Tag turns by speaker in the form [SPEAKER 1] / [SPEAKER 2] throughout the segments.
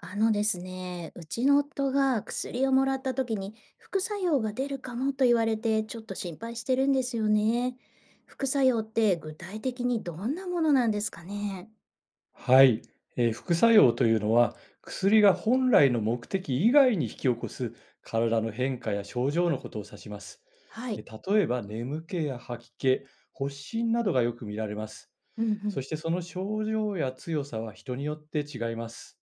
[SPEAKER 1] ですね、うちの夫が薬をもらった時に副作用が出るかもと言われてちょっと心配してるんですよね。副作用って具体的にどんなものなんですかね？
[SPEAKER 2] はい、副作用というのは薬が本来の目的以外に引き起こす体の変化や症状のことを指します。
[SPEAKER 1] はい。
[SPEAKER 2] 例えば眠気や吐き気、発疹などがよく見られます。
[SPEAKER 1] うんうん。
[SPEAKER 2] そしてその症状や強さは人によって違います。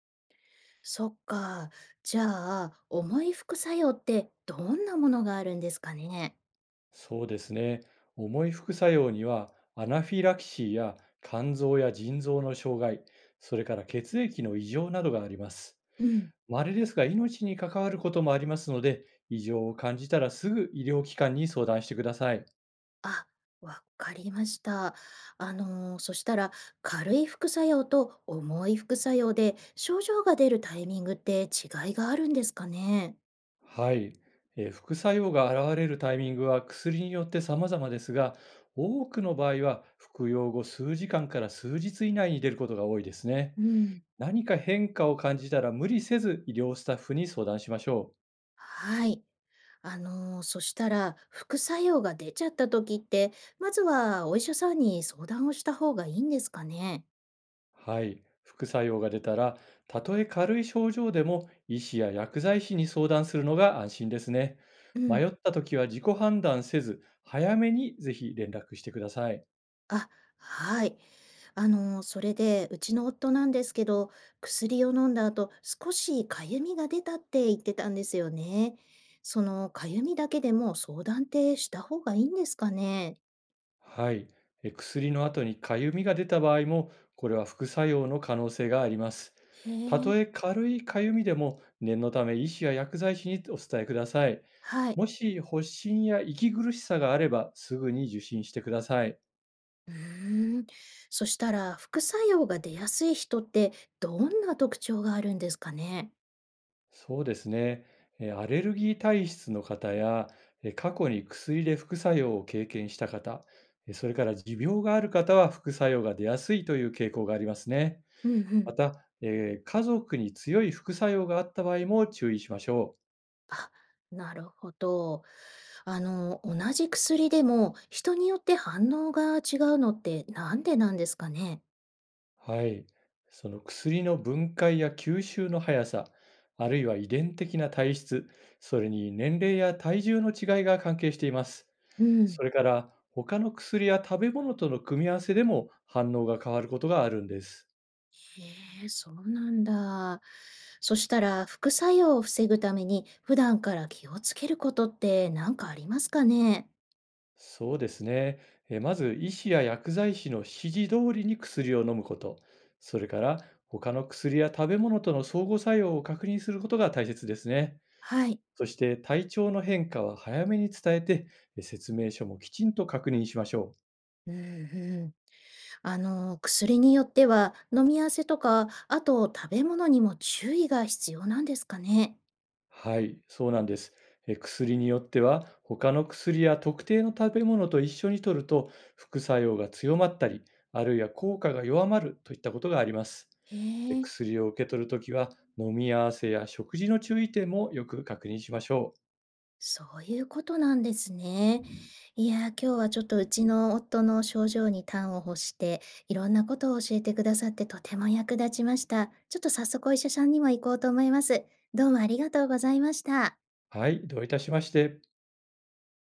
[SPEAKER 1] そっか。じゃあ、重い副作用ってどんなものがあるんですかね？
[SPEAKER 2] そうですね、重い副作用にはアナフィラキシーや肝臓や腎臓の障害、それから血液の異常などがあります。
[SPEAKER 1] うん。
[SPEAKER 2] 稀ですが、命に関わることもありますので、異常を感じたらすぐ医療機関に相談してください。
[SPEAKER 1] あ、わかりました。そしたら軽い副作用と重い副作用で症状が出るタイミングって違いがあるんですかね？
[SPEAKER 2] はい。副作用が現れるタイミングは薬によって様々ですが、多くの場合は服用後数時間から数日以内に出ることが多いですね。
[SPEAKER 1] うん、
[SPEAKER 2] 何か変化を感じたら無理せず医療スタッフに相談しましょう。
[SPEAKER 1] はい。そしたら副作用が出ちゃった時って、まずはお医者さんに相談をした方がいいんですかね？
[SPEAKER 2] はい、副作用が出たら、たとえ軽い症状でも医師や薬剤師に相談するのが安心ですね。
[SPEAKER 1] うん。
[SPEAKER 2] 迷った時は自己判断せず、早めにぜひ連絡してください。
[SPEAKER 1] あ、はい。あの、それで、うちの夫なんですけど、薬を飲んだ後、少しかゆみが出たって言ってたんですよね。そのかゆみだけでも相談ってした方がいいんですかね。
[SPEAKER 2] はい、薬の後にかゆみが出た場合も、これは副作用の可能性があります。
[SPEAKER 1] へ
[SPEAKER 2] たと
[SPEAKER 1] え、
[SPEAKER 2] え軽いかゆみでも、念のため医師や薬剤師にお伝えください。
[SPEAKER 1] はい。
[SPEAKER 2] もし発疹や息苦しさがあれば、すぐに受診してください。
[SPEAKER 1] うーん。そしたら、副作用が出やすい人ってどんな特徴があるんですかね。
[SPEAKER 2] そうですね。アレルギー体質の方や、過去に薬で副作用を経験した方、それから持病がある方は副作用が出やすいという傾向がありますね。
[SPEAKER 1] うんう
[SPEAKER 2] ま
[SPEAKER 1] ん。
[SPEAKER 2] た、家族に強い副作用があった場合も注意しましょう。
[SPEAKER 1] あ、なるほど。あの、同じ薬でも人によって反応が違うのってなんでなんですかね？
[SPEAKER 2] はい。その薬の分解や吸収の速さ、あるいは遺伝的な体質、それに年齢や体重の違いが関係しています。
[SPEAKER 1] うん、
[SPEAKER 2] それから他の薬や食べ物との組み合わせでも反応が変わることがあるんです。
[SPEAKER 1] へえ、そうなんだ。そしたら副作用を防ぐために普段から気をつけることって何かありますかね？
[SPEAKER 2] そうですね。まず医師や薬剤師の指示通りに薬を飲むこと、それから他の薬や食べ物との相互作用を確認することが大切ですね。
[SPEAKER 1] はい。
[SPEAKER 2] そして体調の変化は早めに伝えて、説明書もきちんと確認しましょう。
[SPEAKER 1] うんうん。あの、薬によっては飲み合わせとか、あと食べ物にも注意が必要なんですかね？
[SPEAKER 2] はい、そうなんです。薬によっては、他の薬や特定の食べ物と一緒に摂ると、副作用が強まったり、あるいは効果が弱まるといったことがあります。
[SPEAKER 1] へえ。
[SPEAKER 2] 薬を受け取るときは、飲み合わせや食事の注意点もよく確認しましょ
[SPEAKER 1] そういうことなんですね。いやー、今日はちょっとうちの夫の症状に端を欲して、いろんなことを教えてくださってとても役立ちました。ちょっと早速お医者さんにも行こうと思います。どうもありがとうございました。
[SPEAKER 2] う。はい、どういたしまして。